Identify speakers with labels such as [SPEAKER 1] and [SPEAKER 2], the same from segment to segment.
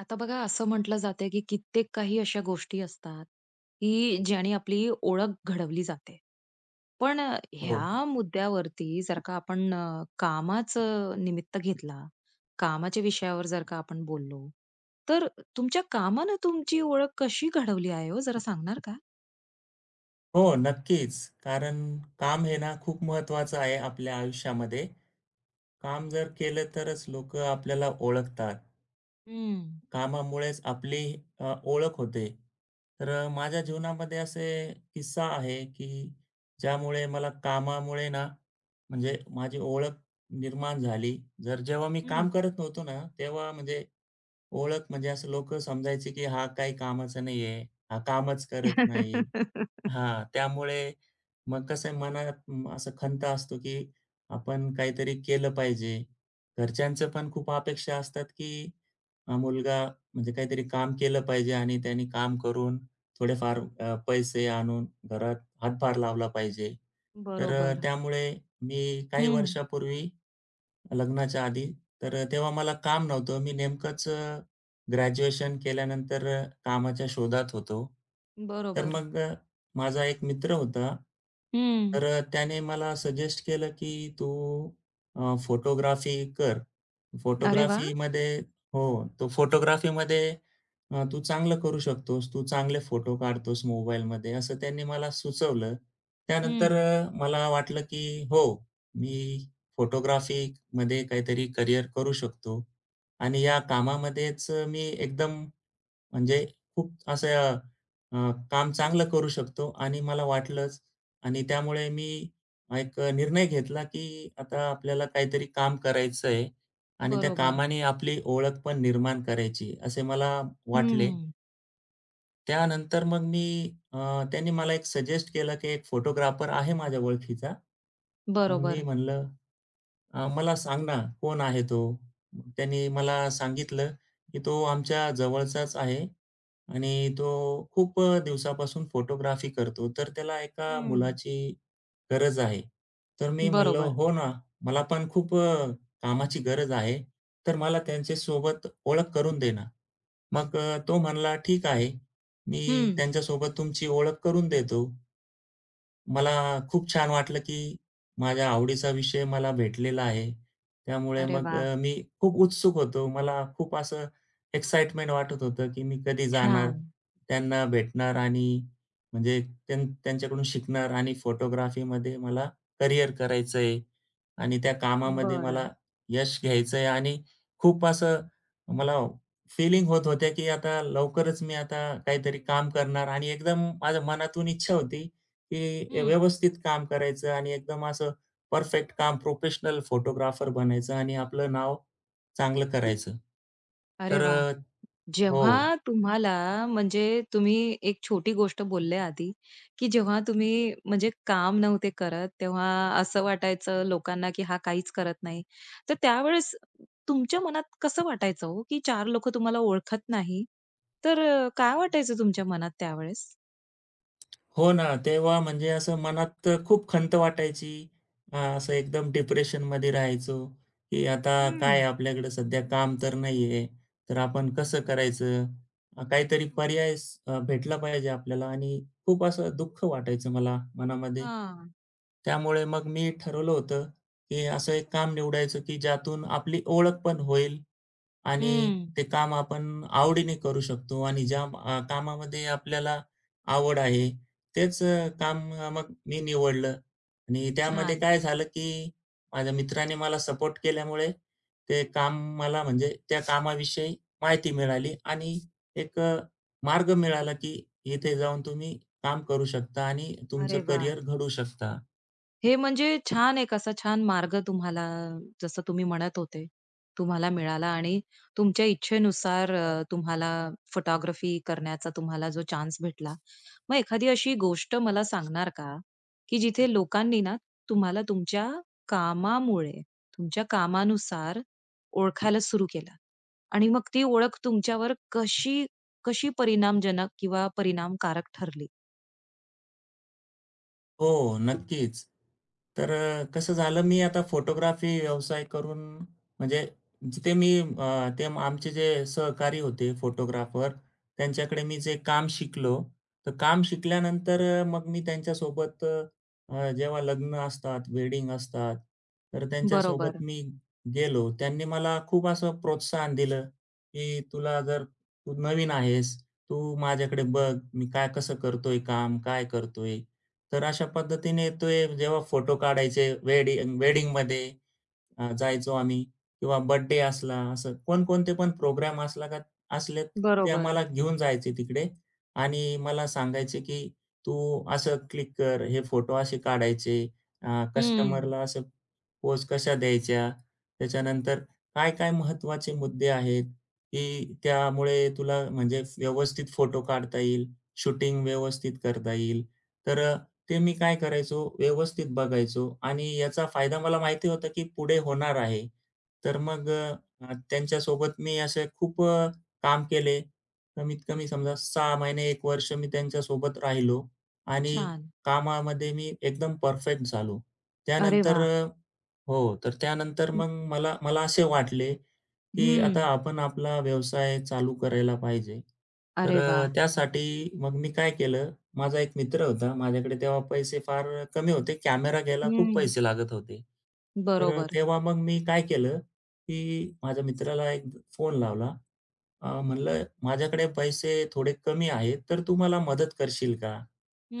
[SPEAKER 1] आता बघा असं म्हटलं जाते की कित्येक काही अशा गोष्टी असतात की
[SPEAKER 2] हो.
[SPEAKER 1] ज्याने आपली ओळख घडवली जाते. पण ह्या मुद्द्यावरती जर का आपण कामाचं निमित्त घेतला, कामाच्या विषयावर जर का आपण बोललो, तर तुमच्या कामानं तुमची ओळख कशी घडवली आहे हो जरा सांगणार का?
[SPEAKER 2] हो, नक्कीच. कारण काम हे ना खूप महत्त्वाचं आहे आपल्या आयुष्यामध्ये. काम जर केलं तरच लोकं आपल्याला ओळखतात.
[SPEAKER 1] हं.
[SPEAKER 2] कामामुळेच आपली ओळख होते. तर माझ्या जीवनामध्ये असे किस्सा आहे, की ज्यामुळे मला कामामुळे ना म्हणजे माझी ओळख निर्माण झाली. जर जेव्हा मी काम
[SPEAKER 1] हं.
[SPEAKER 2] करत नव्हतो ना, तेव्हा म्हणजे ओळख म्हणजे असं लोकं समजायचे, की हा काही कामाचा नाहीये, हा कामच करत नाही. हां, त्यामुळे मग कसं आहे मनात असा खंत असतो, की आपण काहीतरी केलं पाहिजे. घरच्यांचं पण खूप अपेक्षा असतात, की हा मुलगा म्हणजे काहीतरी काम केलं पाहिजे आणि त्याने काम करून थोडेफार पैसे आणून घरात हातभार लावला पाहिजे. तर
[SPEAKER 1] बरोबर.
[SPEAKER 2] त्यामुळे मी काही
[SPEAKER 1] हं.
[SPEAKER 2] वर्षापूर्वी लग्नाच्या आधी तर तेव्हा मला काम नव्हतं. मी नेमकंच ग्रॅज्युएशन केल्यानंतर कामाच्या शोधात होतो. तर
[SPEAKER 1] बरोबर.
[SPEAKER 2] मग माझा एक मित्र होता.
[SPEAKER 1] हं.
[SPEAKER 2] तर त्याने मला सजेस्ट केलं, की "तू फोटोग्राफी कर.
[SPEAKER 1] अरे वाह!
[SPEAKER 2] फोटोग्राफीमध्ये" हो. "तो फोटोग्राफीमध्ये तू चांगलं करू शकतोस. तू चांगले फोटो काढतोस मोबाईलमध्ये." असं त्यांनी मला सुचवलं. त्यानंतर
[SPEAKER 1] हं.
[SPEAKER 2] मला वाटलं, की हो, मी फोटोग्राफीमध्ये काहीतरी करियर करू शकतो. आणि या कामामध्येच मी एकदम म्हणजे खूप असं काम चांगलं करू शकतो आणि मला वाटलंच आणि त्यामुळे मी एक निर्णय घेतला, की आता आपल्याला काहीतरी काम करायचं आहे आणि त्या
[SPEAKER 1] बरोबर.
[SPEAKER 2] कामाने आपली ओळख पण निर्माण करायची, असे मला वाटले.
[SPEAKER 1] हं.
[SPEAKER 2] त्यानंतर मग मी अ, त्यांनी मला एक सजेस्ट केलं, की एक फोटोग्राफर आहे माझ्या ओळखीचा. मग मी
[SPEAKER 1] बरोबर.
[SPEAKER 2] म्हणलं "मला सांग ना, कोण आहे तो?" मग त्यांनी मला सांगितलं, की "तो आमच्या जवळचाच आहे आणि तो खूप दिवसापासून फोटोग्राफी करतो, तर त्याला एका
[SPEAKER 1] हं.
[SPEAKER 2] मुलाची गरज आहे." तर मी म्हणलो,
[SPEAKER 1] बरोबर.
[SPEAKER 2] "हो ना, मला पण खूप कामाची गरज आहे, तर मला त्यांच्यासोबत ओळख करून दे ना." मग तो म्हणला, "ठीक आहे, मी
[SPEAKER 1] हं.
[SPEAKER 2] त्यांच्यासोबत तुमची ओळख करून देतो." मला खूप छान वाटलं, की माझ्या आवडीचा विषय मला भेटलेला आहे. त्यामुळे
[SPEAKER 1] अरे
[SPEAKER 2] मग
[SPEAKER 1] वा,
[SPEAKER 2] मी खूप उत्सुक होतो. मला खूप असं एक्साईटमेंट वाटत होतं, की मी कधी जाणार,
[SPEAKER 1] छान.
[SPEAKER 2] त्यांना भेटणार आणि म्हणजे त्यांच्याकडून शिकणार आणि फोटोग्राफीमध्ये मला करियर करायचं आहे आणि त्या कामामध्ये
[SPEAKER 1] बरं.
[SPEAKER 2] मला यश घ्यायचं आहे आणि खूप असं मला फीलिंग होत होत्या, की आता लवकरच मी आता काहीतरी काम करणार आणि एकदम माझ्या मनातून इच्छा होती की
[SPEAKER 1] हं.
[SPEAKER 2] व्यवस्थित काम करायचं आणि एकदम असं परफेक्ट काम, प्रोफेशनल फोटोग्राफर बनायचं आणि आपलं नाव चांगलं करायचं.
[SPEAKER 1] अरे
[SPEAKER 2] तर
[SPEAKER 1] वाह! जेव्हा
[SPEAKER 2] हो.
[SPEAKER 1] तुम्हाला म्हणजे तुम्ही एक छोटी गोष्ट बोलले आधी, की जेव्हा तुम्ही म्हणजे काम नव्हते करत, तेव्हा असं वाटायचं लोकांना, की हा काहीच करत नाही. तर त्यावेळेस तुमच्या मनात कसं वाटायचं हो, की 4 लोकं तुम्हाला ओळखत नाही? तर काय वाटायचं तुमच्या मनात त्यावेळेस?
[SPEAKER 2] हो ना, तेव्हा म्हणजे असं मनात खूप खंत वाटायची. असं एकदम डिप्रेशनमध्ये राहायचो, की आता
[SPEAKER 1] हं.
[SPEAKER 2] काय आपल्याकडे सध्या काम तर नाहीये, तर आपण कसं करायचं? काहीतरी पर्याय भेटला पाहिजे आपल्याला आणि खूप असं दुःख वाटायचं मला मनामध्ये.
[SPEAKER 1] हां.
[SPEAKER 2] त्यामुळे मग मी ठरवलं होतं, की असं एक काम निवडायचं, की ज्यातून आपली ओळख पण होईल आणि
[SPEAKER 1] हं.
[SPEAKER 2] ते काम आपण आवडीने करू शकतो आणि ज्या कामामध्ये आपल्याला आवड आहे, तेच काम मग मी निवडलं आणि त्यामध्ये
[SPEAKER 1] छान.
[SPEAKER 2] काय झालं, की माझ्या मित्राने मला सपोर्ट केल्यामुळे ते काम मला म्हणजे त्या कामाविषयी माहिती मिळाली आणि एक मार्ग मिळाला, की इथे जाऊन तुम्ही काम करू शकता आणि तुमचं
[SPEAKER 1] अरे वाह!
[SPEAKER 2] करियर घडवू शकता.
[SPEAKER 1] हे म्हणजे छान एक असा छान मार्ग तुम्हाला जसं तुम्ही म्हणत होते, तुम्हाला मिळाला आणि तुमच्या इच्छेनुसार तुम्हाला फोटोग्राफी करण्याचा तुम्हाला जो चान्स भेटला. मग एखादी अशी गोष्ट मला सांगणार का, की जिथे लोकांनी ना तुम्हाला तुमच्या कामामुळे, तुमच्या कामानुसार ओळखायला सुरू केलं आणि मग ती ओळख तुमच्यावर कशी कशी परिणामजनक किंवा परिणामकारक ठरली?
[SPEAKER 2] हो, नक्कीच. तर कसं झालं मी आता फोटोग्राफी व्यवसाय करून म्हणजे जिथे मी आमचे जे सहकारी होते फोटोग्राफर, त्यांच्याकडे मी जे काम शिकलो, तर काम शिकल्यानंतर मग मी त्यांच्यासोबत जेव्हा लग्न असतात, वेडिंग असतात, तर त्यांच्यासोबत
[SPEAKER 1] बरोबर,
[SPEAKER 2] मी गेलो. त्यांनी मला खूप असं प्रोत्साहन दिलं, की "तुला जर तू नवीन आहेस, तू माझ्याकडे बघ, मी काय कसं करतोय काम, काय करतोय?" तर अशा पद्धतीने ते जेव्हा फोटो काढायचे वेडिंगमध्ये जायचो आम्ही किंवा बर्थडे असला, असं कोणकोणते पण प्रोग्राम असला का असले ते
[SPEAKER 1] बरोबर.
[SPEAKER 2] आम्हाला घेऊन जायचे तिकडे आणि मला सांगायचे, की "तू असं क्लिक कर, हे फोटो असे काढायचे,
[SPEAKER 1] हं,
[SPEAKER 2] कस्टमरला असं पोज कशा द्यायच्या, त्याच्यानंतर काय-काय महत्त्वाचे मुद्दे आहेत, की त्यामुळे तुला म्हणजे व्यवस्थित फोटो काढता येईल, शूटिंग व्यवस्थित करता येईल." तर ते मी काय करायचो, व्यवस्थित बघायचो आणि याचा फायदा मला माहिती होता, की पुढे होणार आहे. तर मग अ, अ, त्यांच्यासोबत मी असे खूप काम केले. कमीत कमी समजा 6 महिने, 1 वर्ष मी त्यांच्यासोबत राहिलो आणि
[SPEAKER 1] छान.
[SPEAKER 2] कामामध्ये मी एकदम परफेक्ट झालो.
[SPEAKER 1] अरे वा.
[SPEAKER 2] त्यानंतर, हो, तर त्यानंतर
[SPEAKER 1] हं,
[SPEAKER 2] मग मला मला असे वाटले, की आता
[SPEAKER 1] हं.
[SPEAKER 2] आपण आपला व्यवसाय चालू करायला पाहिजे. तर
[SPEAKER 1] अरे वाह!
[SPEAKER 2] त्यासाठी मग मी काय केलं, माझा एक मित्र होता. माझ्याकडे तेव्हा पैसे फार कमी होते. कॅमेरा घ्यायला खूप
[SPEAKER 1] हं.
[SPEAKER 2] पैसे लागत होते. तर
[SPEAKER 1] बरोबर.
[SPEAKER 2] तेव्हा मग मी काय केलं, की माझ्या मित्राला एक फोन लावला. म्हणलं, "माझ्याकडे पैसे थोडे कमी आहेत, तर तू मला मदत करशील का?"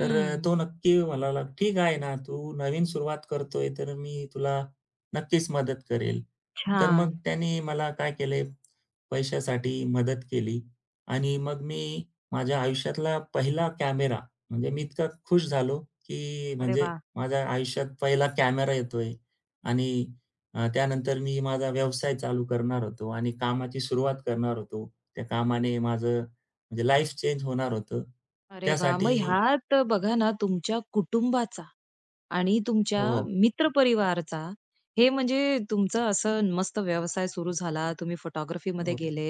[SPEAKER 2] तर तो नक्की म्हणाला, "ठीक आहे ना, तू नवीन सुरुवात करतोय, तर मी तुला नक्कीच मदत करेल. तर मग
[SPEAKER 1] छान.
[SPEAKER 2] त्याने मला काय केले, पैशासाठी मदत केली आणि मग मी माझ्या आयुष्यातला पहिला कॅमेरा म्हणजे मी इतका खुश झालो, की
[SPEAKER 1] अरे
[SPEAKER 2] म्हणजे
[SPEAKER 1] वाह!
[SPEAKER 2] माझ्या आयुष्यात पहिला कॅमेरा येतोय आणि त्यानंतर मी माझा व्यवसाय चालू करणार होतो आणि कामाची सुरुवात करणार होतो. त्या कामाने माझं म्हणजे लाईफ चेंज होणार होतं.
[SPEAKER 1] अरे वाह! मग
[SPEAKER 2] त्यासाठी
[SPEAKER 1] ह्यात बघा ना तुमच्या कुटुंबाचा आणि तुमच्या
[SPEAKER 2] हो,
[SPEAKER 1] मित्रपरिवारचा हे म्हणजे तुमचं असं मस्त व्यवसाय सुरू झाला, तुम्ही फोटोग्राफीमध्ये
[SPEAKER 2] हो.
[SPEAKER 1] गेले.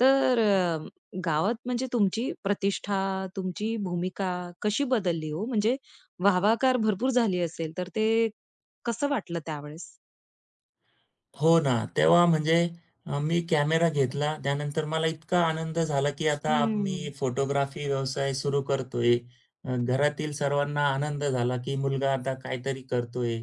[SPEAKER 1] तर गावात म्हणजे तुमची प्रतिष्ठा, तुमची भूमिका कशी बदलली हो? म्हणजे वाहवाकार भरपूर झाली असेल, तर ते कसं वाटलं त्यावेळेस?
[SPEAKER 2] हो ना. तेव्हा म्हणजे मी कॅमेरा घेतला. त्यानंतर मला इतका आनंद झाला, की आता मी
[SPEAKER 1] हं.
[SPEAKER 2] फोटोग्राफी व्यवसाय सुरू करतोय. घरातील सर्वांना आनंद झाला, की मुलगा आता काहीतरी करतोय.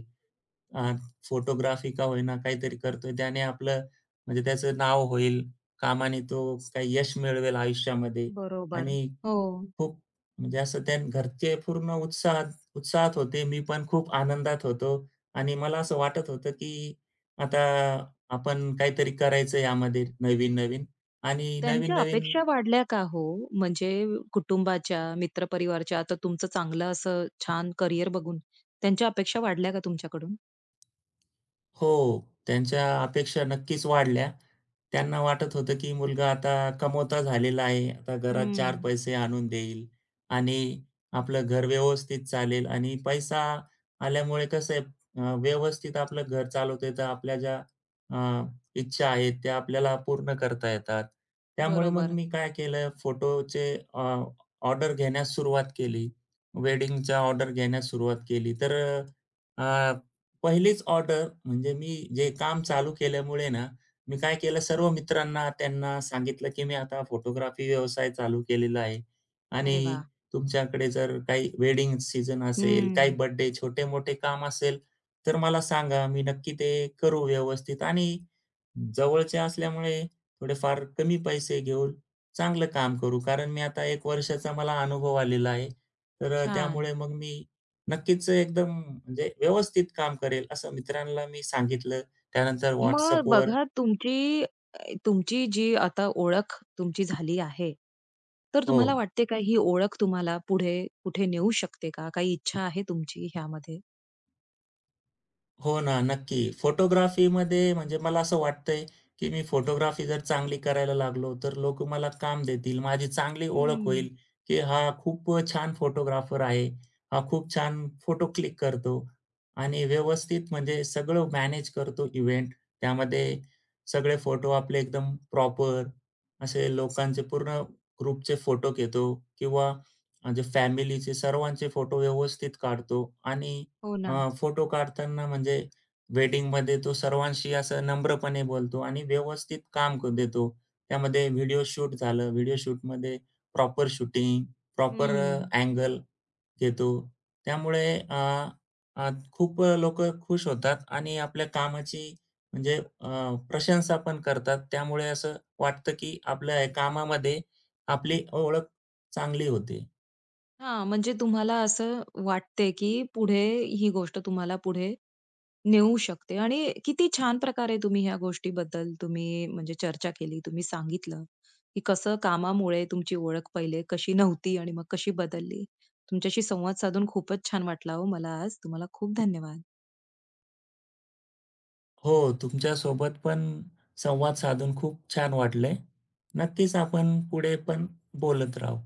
[SPEAKER 2] अ, फोटोग्राफी का होईना काहीतरी करतोय. त्याने आपलं म्हणजे त्याचं नाव होईल. कामाने तो काही यश मिळवेल आयुष्यामध्ये
[SPEAKER 1] बरोबर.
[SPEAKER 2] आणि
[SPEAKER 1] हो.
[SPEAKER 2] खूप म्हणजे असं त्या घरचे पूर्ण उत्साहात उत्साहात होते. मी पण खूप आनंदात होतो आणि मला असं वाटत होतं, की आता आपण काहीतरी करायचं यामध्ये नवीन-नवीन आणि
[SPEAKER 1] त्यांच्या
[SPEAKER 2] नवीन-नवीन
[SPEAKER 1] अपेक्षा वाढल्या का हो? म्हणजे कुटुंबाच्या, मित्रपरिवारच्या, आता तुमचं चांगलं असं छान करियर बघून त्यांच्या अपेक्षा वाढल्या का तुमच्याकडून?
[SPEAKER 2] हो, त्यांच्या अपेक्षा नक्कीच वाढल्या. त्यांना वाटत होतं, की मुलगा आता कमवता झालेला आहे. आता घरात 4
[SPEAKER 1] हं.
[SPEAKER 2] पैसे आणून देईल आणि आपलं घर व्यवस्थित चालेल आणि पैसा आल्यामुळे कसं आहे व्यवस्थित आपलं घर चालवता येतं. आपल्या ज्या अ, इच्छा आहेत त्या आपल्याला पूर्ण करता येतात. त्यामुळे मग
[SPEAKER 1] बरोबर.
[SPEAKER 2] मी काय केलं फोटोचे ऑर्डर घेण्यास सुरुवात केली. वेडिंगच्या ऑर्डर घेण्यास सुरुवात केली. तर अ, पहिलीच ऑर्डर म्हणजे मी जे काम चालू केल्यामुळे ना, मी काय केलं सर्व मित्रांना त्यांना सांगितलं, की मी आता फोटोग्राफी व्यवसाय चालू केलेला आहे
[SPEAKER 1] अरे
[SPEAKER 2] आणि
[SPEAKER 1] वाह!
[SPEAKER 2] तुमच्याकडे जर काही वेडिंग सीजन असेल, काही
[SPEAKER 1] हं.
[SPEAKER 2] बर्थडे छोटे-मोठे काम असेल, तर मला सांगा. मी नक्की ते करू व्यवस्थित आणि जवळचे असल्यामुळे थोडेफार कमी पैसे घेऊन चांगलं काम करू. कारण मी आता एक वर्षाचा मला अनुभव आलेला आहे. तर
[SPEAKER 1] छान.
[SPEAKER 2] त्यामुळे मग मी नक्कीच एकदम म्हणजे व्यवस्थित काम करेल असं मित्रांना मी सांगितलं. त्यानंतर
[SPEAKER 1] मग
[SPEAKER 2] WhatsAppवर
[SPEAKER 1] बघा तुमची तुमची जी आता ओळख तुमची झाली आहे, तर
[SPEAKER 2] हो.
[SPEAKER 1] तुम्हाला वाटते का ही ओळख तुम्हाला पुढे कुठे नेऊ शकते का? काही इच्छा आहे तुमची ह्यामध्ये?
[SPEAKER 2] हो ना, नक्की. फोटोग्राफीमध्ये म्हणजे मला असं वाटतंय, की मी फोटोग्राफी जर चांगली करायला लागलो, तर लोकं मला काम देतील. माझी चांगली ओळख
[SPEAKER 1] हं.
[SPEAKER 2] होईल, की हा खूप छान फोटोग्राफर आहे. हा खूप छान फोटो क्लिक करतो आणि व्यवस्थित म्हणजे सगळं मॅनेज करतो इव्हेंट. त्यामध्ये सगळे फोटो आपले एकदम प्रॉपर असे लोकांचे पूर्ण ग्रुपचे फोटो घेतो किंवा म्हणजे फॅमिलीचे सर्वांचे फोटो व्यवस्थित काढतो आणि
[SPEAKER 1] हो ना.
[SPEAKER 2] फोटो काढताना म्हणजे वेडिंगमध्ये तो सर्वांशी असं नम्रपणे बोलतो आणि व्यवस्थित काम देतो. त्यामध्ये व्हिडिओ शूट झालं, व्हिडिओ शूटमध्ये प्रॉपर शूटिंग, प्रॉपर
[SPEAKER 1] हं.
[SPEAKER 2] अँगल घेतो. त्यामुळे अ, अ, खूप लोकं खुश होतात आणि आपल्या कामाची म्हणजे प्रशंसा पण करतात. त्यामुळे असं वाटतं, की आपल्या या कामामध्ये आपली ओळख चांगली होते.
[SPEAKER 1] हां, म्हणजे तुम्हाला असं वाटते की पुढे ही गोष्ट तुम्हाला पुढे नेऊ शकते आणि किती छान प्रकारे तुम्ही ह्या गोष्टीबद्दल तुम्ही म्हणजे चर्चा केली. तुम्ही सांगितलं, की कसं कामामुळे तुमची ओळख पहिले कशी नव्हती आणि मग कशी बदलली. तुमच्याशी संवाद साधून खूपच छान वाटला हो मला आज. तुम्हाला खूप धन्यवाद.
[SPEAKER 2] हो, तुमच्यासोबत पण संवाद साधून खूप छान वाटले. नक्कीच आपण पुढे पण बोलत राहू.